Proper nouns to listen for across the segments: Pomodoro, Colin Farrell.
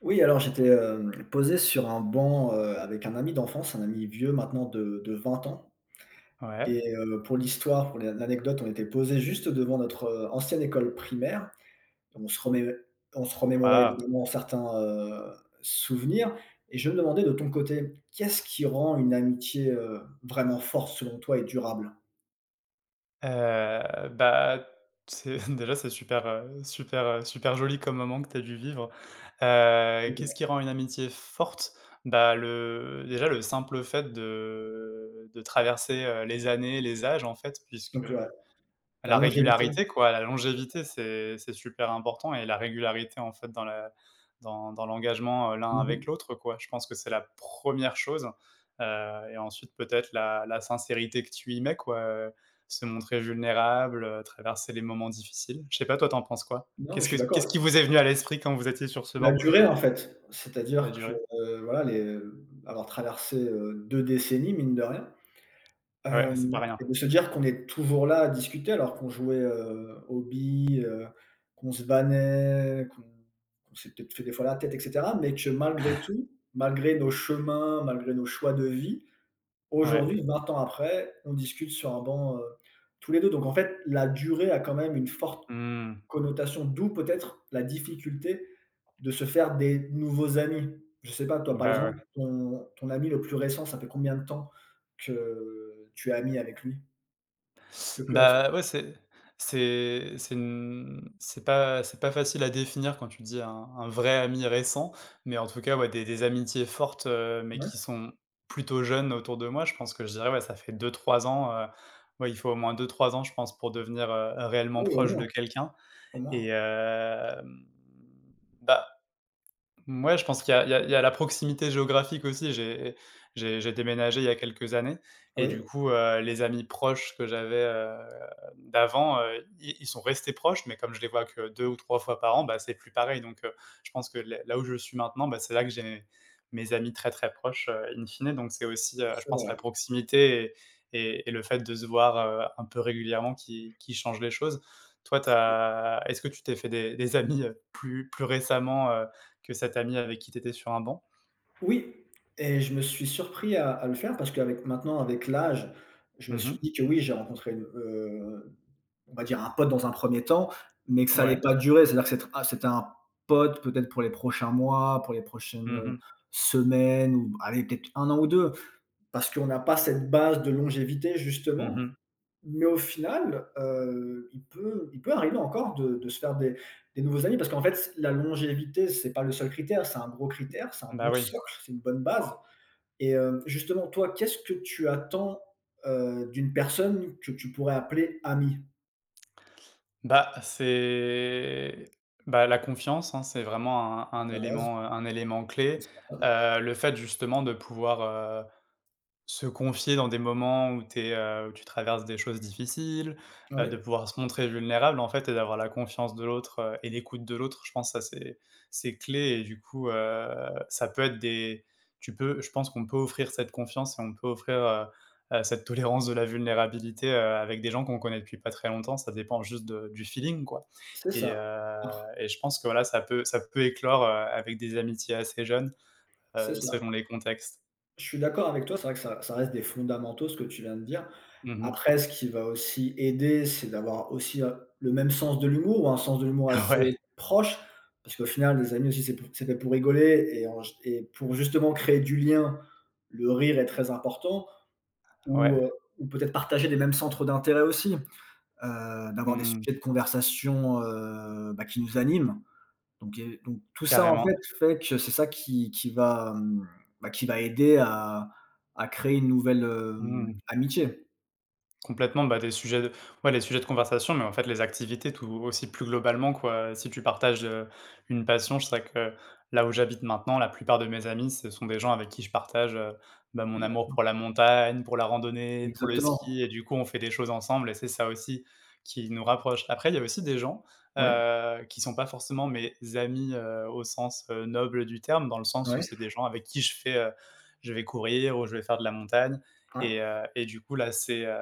Oui, alors j'étais, posé sur un banc, avec un ami d'enfance, un ami vieux maintenant de 20 ans Ouais, et pour l'histoire, pour l'anecdote, on était posé juste devant notre, ancienne école primaire. On se remé on se remémorait waouh! évidemment certains, souvenirs. Et je me demandais, de ton côté, qu'est-ce qui rend une amitié, vraiment forte selon toi, et durable? Bah, c'est déjà c'est super, super, super joli comme moment que tu as dû vivre. Qu'est-ce qui rend une amitié forte? Bah, le simple fait de traverser, les années, les âges en fait puisque Donc ouais, la la longévité. régularité quoi, la longévité, c'est super important et la régularité en fait dans la dans dans l'engagement, l'un avec Mmh. l'autre quoi. Je pense que c'est la première chose, et ensuite peut-être la sincérité que tu y mets quoi, se montrer vulnérable, traverser les moments difficiles. Je sais pas, toi, tu en penses quoi? Non, mais Qu'est-ce je que suis qu'est-ce d'accord. qui vous est venu à l'esprit quand vous étiez sur ce La banc? durée, en fait. La C'est-à-dire que, durée? Voilà, les, avoir traversé, 2 décennies, mine de rien, Ouais, c'est pas rien. et de se dire qu'on est toujours là à discuter alors qu'on jouait, aux billes, qu'on se bannait, qu'on s'est peut-être fait des fois la tête, et cetera, mais que malgré tout, malgré nos chemins, malgré nos choix de vie, Ouais. aujourd'hui, 20 ans après, on discute sur un banc, tous les 2. Donc en fait, la durée a quand même une forte Mmh. connotation, d'où peut-être la difficulté de se faire des nouveaux amis. Je sais pas, toi, par Bah, exemple, ouais. ton ami le plus récent, ça fait combien de temps que tu es ami avec lui? Le plus récent? Bah, ouais, c'est pas facile à définir quand tu dis un vrai ami récent, mais en tout cas, ouais, des amitiés fortes, mais Ouais? qui sont plutôt jeunes autour de moi. Je pense que je dirais, ouais, ça fait 2 3 ans, ouais, il faut au moins 2 3 ans, je pense, pour devenir, Ah réellement oui, au proche moins, de quelqu'un, au et moins. hem, bah ouais, je pense qu'il y a la proximité géographique aussi. J'ai déménagé il y a quelques années et Oui, du coup, les amis proches que j'avais, d'avant, ils sont restés proches, mais comme je les vois que 2 ou 3 fois par an, bah, c'est plus pareil donc, je pense que là où je suis maintenant, bah, c'est là que j'ai mes amis très, très proches, in fine, donc c'est aussi, je c'est pense, vrai. la proximité et le fait de se voir, un peu régulièrement qui change les choses. Toi, est-ce que tu t'es fait des amis, plus récemment, que cet ami avec qui tu étais sur un banc? Oui, et je me suis surpris à le faire parce qu'avec maintenant, avec l'âge, je me Mmh suis mh. dit que oui, j'ai rencontré une, on va dire un pote dans un premier temps, mais que ça n'allait Ouais. pas durer. C'est-à-dire que c'est ah, c'était un pote peut-être pour les prochains mois, pour les prochaines, Mmh mh. semaines, ou allez peut-être 1 an ou 2. Parce qu'on n'a pas cette base de longévité, Mmh justement, mh. mais au final, il peut arriver encore de se faire des nouveaux amis, parce qu'en fait la longévité, c'est pas le seul critère, c'est un gros critère, c'est un bon Bah, oui. socle, c'est une bonne base. Et justement toi, qu'est-ce que tu attends, d'une personne que tu pourrais appeler ami, Bah, la confiance, hein, c'est vraiment un à la base? élément, un élément Comme clé. ça. Le fait justement de pouvoir, se confier dans des moments où où tu traverses des choses difficiles, Oui, de pouvoir se montrer vulnérable, en fait, et d'avoir la confiance de l'autre, et l'écoute de l'autre. Je pense que ça, c'est clé et du coup, ça peut être des tu peux je pense qu'on peut offrir cette confiance et on peut offrir, cette tolérance de la vulnérabilité, avec des gens qu'on connaît depuis pas très longtemps. Ça dépend juste de du feeling, quoi, c'est et ça. heu et je pense que, voilà, ça peut éclore, avec des amitiés assez jeunes, C'est ça. selon les contextes. Je suis d'accord avec toi, c'est vrai que ça reste des fondamentaux, ce que tu viens de dire. Mmh. Après, ce qui va aussi aider, c'est d'avoir aussi, le même sens de l'humour, ou un sens de l'humour assez Ouais, proche, parce qu'au final, les amis aussi, c'est fait pour rigoler et en et pour justement créer du lien, le rire est très important. Ou, ouais. Ou peut-être partager les mêmes centres d'intérêt aussi, d'avoir des Mmh. sujets de conversation, bah, qui nous animent. Donc, et donc tout ça, en fait, Carrément. fait que c'est ça qui va, bah, qui va aider à créer une nouvelle, Mmh. amitié. Complètement, bah, des sujets de ouais, les sujets de conversation, mais en fait, les activités tout aussi plus globalement, quoi. Si tu partages, une passion, je sais que là où j'habite maintenant, la plupart de mes amis, ce sont des gens avec qui je partage, bah, mon amour pour la montagne, pour la randonnée, pour le Exactement. ski et du coup, on fait des choses ensemble et c'est ça aussi qui nous rapproche. Après, il y a aussi des gens, Oui, qui sont pas forcément mes amis, au sens, noble du terme, dans le sens où oui, c'est des gens avec qui je fais, je vais courir ou je vais faire de la montagne ouais, et du coup, là, c'est, heu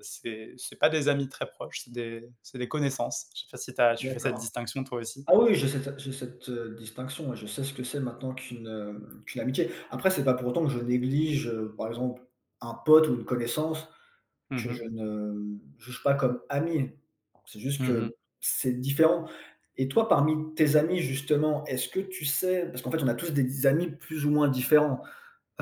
c'est c'est pas des amis très proches, c'est des connaissances. Je sais pas si t'as tu fais cette d'accord. distinction toi aussi? Ah oui, j'ai cette distinction, ouais, je sais ce que c'est maintenant qu'une, qu'une amitié. Après, c'est pas pour autant que je néglige, par exemple, un pote ou une connaissance Mmh que mh. je ne juge pas comme amis. C'est juste Mmh. que c'est différent. Et toi, parmi tes amis, justement, est-ce que tu sais, parce qu'en fait, on a tous des amis plus ou moins différents.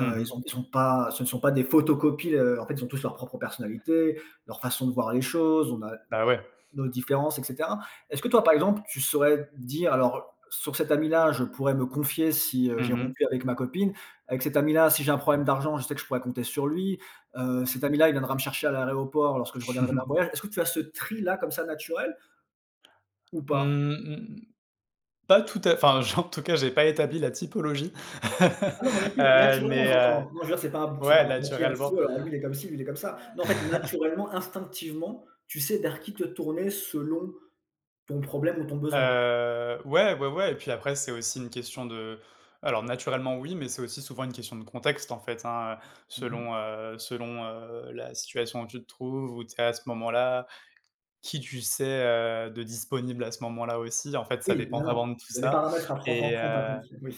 Ils ont ils sont pas ce ne sont pas des photocopies, en fait, ils ont tous leur propre personnalité, leur façon de voir les choses. On a Bah, ouais. nos différences, etc. Est-ce que toi, par exemple, tu saurais dire: alors, sur cet ami-là, je pourrais me confier si Mmh j'ai mh. rompu avec ma copine. Avec cet ami-là, si j'ai un problème d'argent, je sais que je pourrais compter sur lui. Cet ami-là, il viendra me chercher à l'aéroport lorsque je reviendrai d'un voyage. Est-ce que tu as ce tri-là comme ça, naturel, ou pas? Mmh. Pas tout à enfin, j en tout cas, j'ai pas établi la typologie, Ah non, moi non plus. Naturellement, mais, j'entends. Non, je veux dire, c'est pas un bou c'est pas ouais, un papier, un naturellement. stylo, alors lui, il est comme ci, lui, il est comme ça. Non, en fait, naturellement, instinctivement, tu sais vers qui te tourner selon ton problème ou ton besoin. Ouais, ouais, ouais, et puis après, c'est aussi une question de alors, naturellement, oui, mais c'est aussi souvent une question de contexte, en fait, hein, Mmh. selon la situation où tu te trouves, où tu es à ce moment-là. Qui tu sais, de disponible à ce moment-là aussi, en fait, Oui, ça dépend évidemment. vraiment de tout Il y a des ça, paramètres à prendre en et compte, hein, bien heu oui.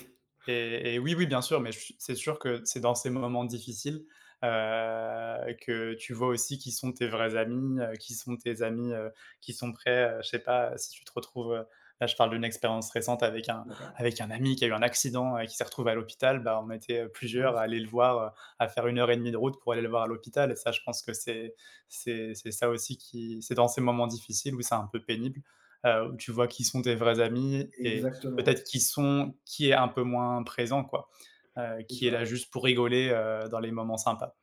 et oui, oui, bien sûr, mais je c'est sûr que c'est dans ces moments difficiles, que tu vois aussi qui sont tes vrais amis, qui sont tes amis, qui sont prêts, je sais pas, si tu te retrouves, là je parle d'une expérience récente D'accord. avec un ami qui a eu un accident et qui s'est retrouvé à l'hôpital, bah, on était, plusieurs à Mince. aller le voir, à faire 1 h 30 de route pour aller le voir à l'hôpital et ça, je pense que c'est ça aussi qui c'est dans ces moments difficiles où c'est un peu pénible, où tu vois qui sont tes vrais amis et Exactement, peut-être qui est un peu moins présent quoi, c'est qui est là ça. juste pour rigoler, dans les moments sympas.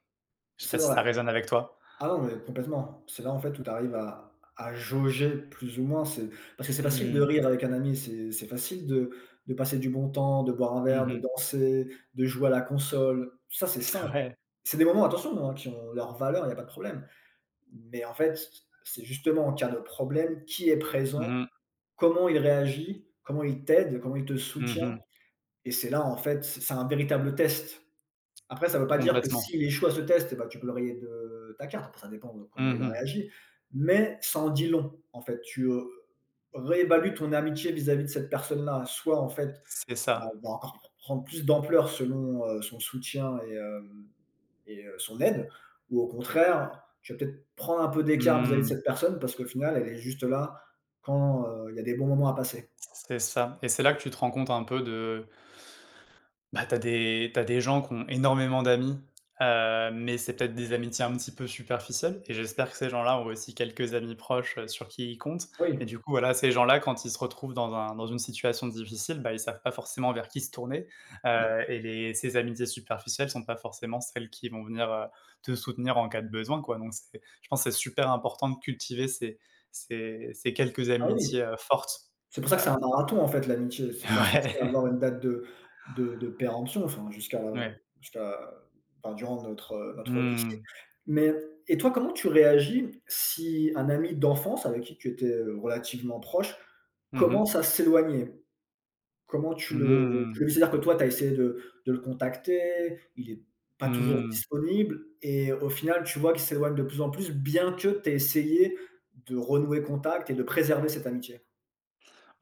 Je sais C'est pas si vrai. ça résonne avec toi? Ah non, mais complètement. C'est là, en fait, où tu arrives à jauger plus ou moins, c'est parce que c'est facile de Mmh. rire avec un ami, c'est facile de passer du bon temps, de boire un verre, de Mmh. danser, de jouer à la console. Ça, c'est simple. Ouais. C'est des moments, attention, hein, qui ont leur valeur, il y a pas de problème. Mais en fait, c'est justement en cas de problème, qui est présent, Mmh. comment il réagit, comment il t'aide, comment il te soutient. Mmh. Et c'est là, en fait, c'est un véritable test. Après, ça ne veut pas dire que Complètement. s'il échoue à ce test, et bah, tu peux le rayer de ta carte. Après, ça dépend de comment il a Mmh. réagi, mais ça en dit long, en fait. Tu, réévalues ton amitié vis-à-vis de cette personne-là. Soit, en fait, C'est bah, elle ça. va encore prendre plus d'ampleur selon, son soutien et hem son aide, ou au contraire, tu vas peut-être prendre un peu d'écart vis-à-vis de Mmh. cette personne parce qu'au final, elle est juste là quand, il y a des bons moments à passer. C'est ça et c'est là que tu te rends compte un peu de bah, t'as des gens qui ont énormément d'amis, mais c'est peut-être des amitiés un petit peu superficielles et j'espère que ces gens-là ont aussi quelques amis proches, sur qui ils comptent. Mais Oui, du coup, voilà, ces gens-là, quand ils se retrouvent dans une situation difficile, bah, ils savent pas forcément vers qui se tourner, heu, et les ces amitiés superficielles sont pas forcément celles qui vont venir, te soutenir en cas de besoin, quoi. Donc c'est je pense que c'est super important de cultiver ces quelques ah amitiés, oui. Fortes, C'est pour ça heu que c'est un marathon, en fait, l'amitié. C'est pas censé ouais, avoir une date de péremption, enfin, jusqu'à ouais. jusqu'à enfin, durant notre, notre vie ici. Mmh. Mais et toi, comment tu réagis si un ami d'enfance avec qui tu étais, relativement proche, Mmh. commence à s'éloigner? Comment tu le vis? Mmh. C'est-à-dire que toi, tu as essayé de le contacter, il est pas toujours Mmh. disponible, et au final, tu vois qu'il s'éloigne de plus en plus, bien que tu aies essayé de renouer contact et de préserver cette amitié?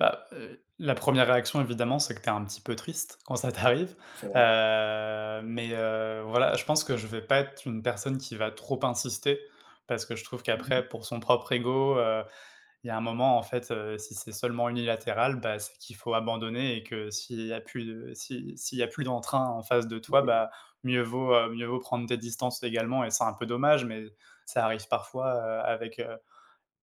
Bah, la première réaction évidemment, c'est que tu es un petit peu triste quand ça t'arrive, C'est vrai, mais, voilà, je pense que je vais pas être une personne qui va trop insister parce que je trouve qu'après pour son propre ego, il y a un moment en fait, si c'est seulement unilatéral, bah, c'est qu'il faut abandonner et que s'il y a plus de si s'il y a plus d'entrain en face de toi, oui. bah, mieux vaut prendre tes distances également et c'est un peu dommage mais ça arrive parfois, avec,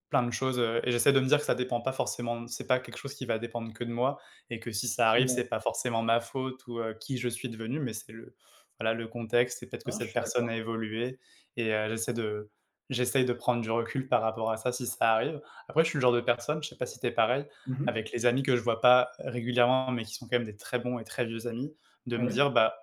plein de choses, et j'essaie de me dire que ça dépend pas forcément, c'est pas quelque chose qui va dépendre que de moi et que si ça arrive, c'est pas forcément ma faute ou, qui je suis devenu, mais c'est le voilà, le contexte et peut-être que Ah, je cette suis d'accord. personne a évolué et, j'essaie de prendre du recul par rapport à ça, si ça arrive. Après, je suis le genre de personne, je sais pas si t'es pareil, Mmh mh. avec les amis que je vois pas régulièrement, mais qui sont quand même des très bons et très vieux amis, de Ah me ouais? dire: «Bah».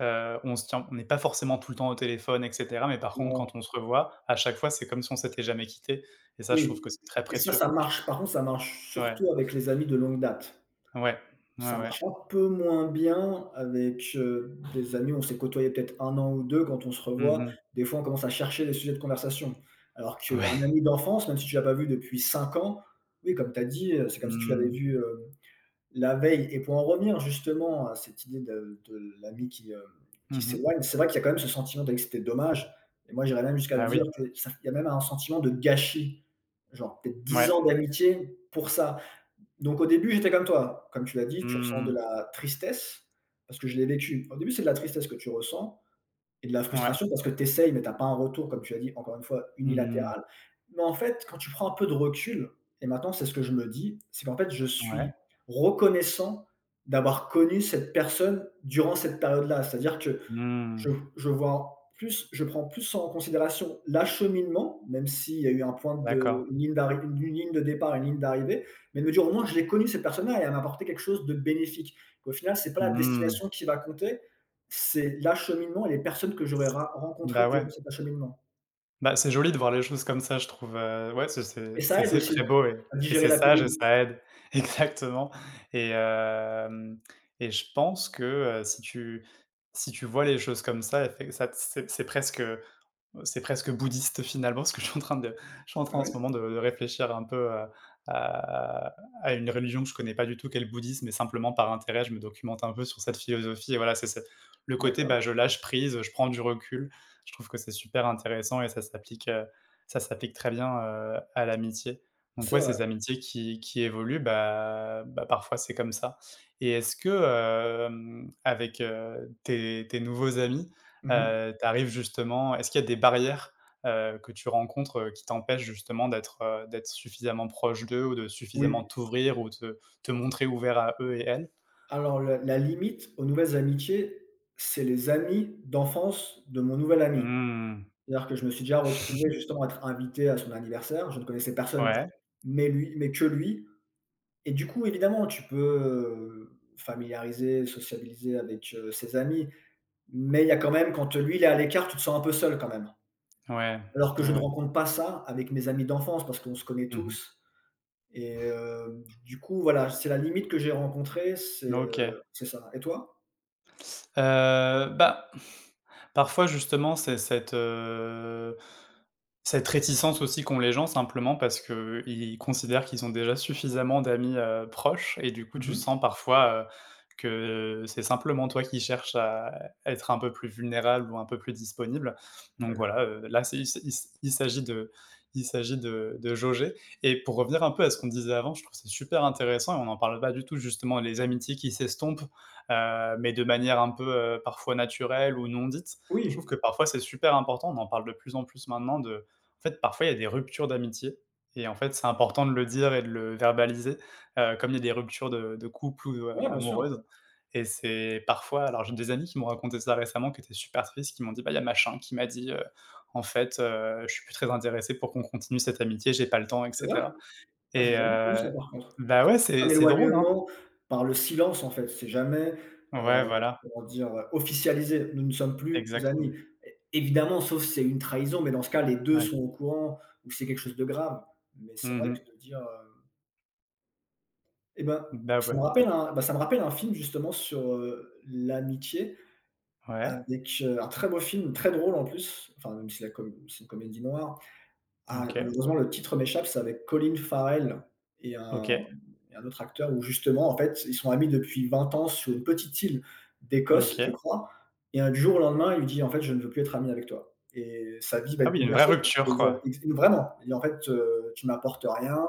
On se tient on n'est pas forcément tout le temps au téléphone et cetera, mais par contre, Wow. quand on se revoit, à chaque fois, c'est comme si on s'était jamais quitté. Et ça, je Oui, trouve que c'est très et ça, précieux. ça marche. Par contre, ça marche Ouais, surtout avec les amis de longue date. ouais, ouais, Ça ouais. marche un peu moins bien avec, des amis où on s'est côtoyés peut-être 1 an ou 2, quand on se revoit. Mmh. Des fois, on commence à chercher des sujets de conversation. Alors qu'un Ouais. ami d'enfance, même si tu l'as pas vu depuis 5 ans, oui, comme tu as dit, c'est comme si tu l'avais Mmh. vu, la veille. Et pour en revenir justement à cette idée de l'ami qui Mmh. s'éloigne, c'est vrai qu'il y a quand même ce sentiment de c'était dommage, et moi j'irais même jusqu'à Ah dire oui. que ça il y a même un sentiment de gâchis, genre peut-être dix Ouais. ans d'amitié pour ça. Donc au début, j'étais comme toi, comme tu l'as dit, tu ressens de Mmh. la tristesse parce que je l'ai vécu. Au début, c'est de la tristesse que tu ressens, et de la Ouais. frustration parce que tu essayes, mais tu as pas un retour, comme tu as dit, encore une fois, Mmh. unilatéral. Mais en fait, quand tu prends un peu de recul, et maintenant c'est ce que je me dis, c'est qu'en fait, je Ouais. suis reconnaissant d'avoir connu cette personne durant cette période-là. C'est-à-dire que je Mmh. je vois plus je prends plus en considération l'acheminement, même s'il y a eu un point D'accord. de une ligne d'arri une ligne de départ, une ligne d'arrivée, mais de me dire au moins je l'ai connue cette personne-là, et elle m'a apporté quelque chose de bénéfique. Qu'au final, c'est pas la Mmh. destination qui va compter, c'est l'acheminement et les personnes que j'aurais ra rencontrées Bah, ouais. durant cet acheminement, Bah, c'est joli de voir les choses comme ça, je trouve, ouais, c'est et c'est ça c'est aide c'est très aussi beau et à digérer c'est la sage et pilule. ça aide. Exactement. Et hem et je pense que, si tu vois les choses comme ça, effe ça c'est presque bouddhiste finalement, parce que je suis en Ah train en oui? ce moment de réfléchir un peu, à à une religion que je connais pas du tout qu'est le bouddhisme, mais simplement par intérêt, je me documente un peu sur cette philosophie et voilà, c'est le côté, D'accord, bah, je lâche prise, je prends du recul. Je trouve que c'est super intéressant et ça s'applique très bien, à l'amitié. Donc c'est ouais, vrai. ces amitiés qui évoluent, bah, parfois c'est comme ça. Et est-ce que, avec, tes nouveaux amis, Mmh. Tu arrives justement est-ce qu'il y a des barrières, que tu rencontres, qui t'empêchent justement d'être suffisamment proche d'eux ou de suffisamment Oui, t'ouvrir ou te montrer ouvert à eux et elles? alors la limite aux nouvelles amitiés, c'est les amis d'enfance de mon nouvel ami. Mmh. C'est-à-dire que je me suis déjà retrouvé justement à être invité à son anniversaire. Je ne connaissais personne, Ouais, mais que lui, et du coup, évidemment, tu peux, familiariser, sociabiliser avec, ses amis, mais il y a quand même quand, lui, il est à l'écart, tu te sens un peu seul quand même. ouais, Alors que ouais, je ne ouais. rencontre pas ça avec mes amis d'enfance parce qu'on se connaît Mmh. tous. Et du coup, voilà, c'est la limite que j'ai rencontrée, OK. C'est ça. Et toi? Bah, parfois justement, c'est cette réticence aussi qu'ont les gens simplement parce qu'ils considèrent qu'ils ont déjà suffisamment d'amis, proches et du coup tu Mmh. sens parfois, que c'est simplement toi qui cherches à être un peu plus vulnérable ou un peu plus disponible. Donc voilà, D'accord. Là, c'est il s il s il s'agit de il s'agit de jauger et pour revenir un peu à ce qu'on disait avant, je trouve que c'est super intéressant et on n'en parle pas du tout justement, les amitiés qui s'estompent, mais de manière un peu, parfois naturelle ou non dite. Je trouve Oui. que parfois c'est super important, on en parle de plus en plus maintenant de en fait, parfois il y a des ruptures d'amitié et en fait, c'est important de le dire et de le verbaliser, comme il y a des ruptures de couple ou, Ouais, bien sûr. amoureuses et c'est parfois alors, j'ai des amis qui m'ont raconté ça récemment qui étaient super tristes, qui m'ont dit: «Bah, il y a machin qui m'a dit, en fait, je suis plus très intéressé pour qu'on continue cette amitié, j'ai pas le temps, et C'est vrai? cetera.» Ah, j'ai Et, jamais connu ça par contre. bah, C'est ouais, plus c'est un c'est drôle, hein? éloignement par le silence, en fait. C'est jamais, Ouais, voilà, comment dire? Officialisé. Nous ne sommes plus amis. exactement. É évidemment, sauf c'est une trahison, mais dans ce cas, les deux Ouais. sont au courant, ou c'est quelque chose de grave. Mais c'est vrai Mmh. que de dire, eh ben, Bah, ça me ouais. rappelle un film justement sur, l'amitié, Ouais. avec, un très beau film, très drôle en plus, enfin, même si la com c'est une comédie noire. Ah, OK. malheureusement, le titre m'échappe, c'est avec Colin Farrell et un OK. Autre acteur, où justement, en fait, ils sont amis depuis 20 ans sur une petite île d'Écosse, je OK. crois, et un du jour au lendemain, il lui dit: «En fait, je ne veux plus être ami avec toi», et sa vie va Ah être oui, il y a une vraie bouleversée parce rupture, qu'ils avaient quoi. ex vraiment, il dit: «En fait, tu m'apportes rien».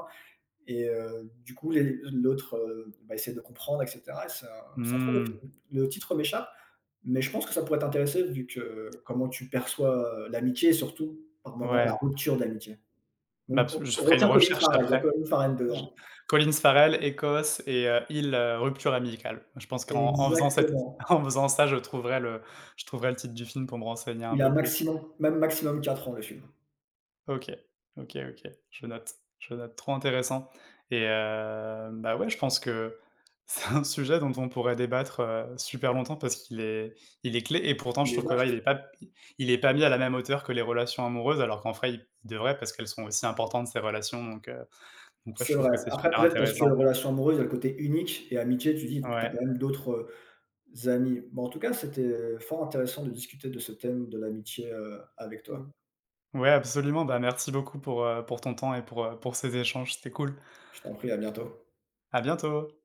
Et du coup, les l'autre, va essayer de comprendre et cetera, et c'est un très beau Mmh, film. Le titre m'échappe, mais je pense que ça pourrait t'intéresser vu que comment tu perçois, l'amitié, et surtout, par moments, la ouais. rupture d'amitié. Bah, Donc parce je on ferai une retient Colin recherche Farrell, il y a après. Colin Farrell Je dedans. Colin Farrell, Écosse et, île, rupture amicale. Je pense qu'en en faisant cette Exactement. en faisant ça, je trouverai le titre du film pour me renseigner un Il a peu plus. maximum, même maximum 4 ans le film. OK. OK, OK. Je note. Je note. Trop intéressant. Et, bah, ouais, je pense que c'est un sujet dont on pourrait débattre, super longtemps parce qu'il est clé et pourtant Il je est trouve que là, il vaste, est pas il est pas mis à la même hauteur que les relations amoureuses alors qu'en vrai, il devrait parce qu'elles sont aussi importantes, ces relations, donc ouais, je c'est trouve vrai. que c'est Après super peut-être parce que intéressant. relation amoureuse, il y a le côté unique, et amitié, tu dis, tu as Ouais. quand même d'autres, amis. Bon, en tout cas, c'était fort intéressant de discuter de ce thème de l'amitié, avec Mmh. toi. Ouais, absolument. Bah, merci beaucoup pour ton temps et pour ces échanges. C'était cool. Je t'en prie, à bientôt. À bientôt.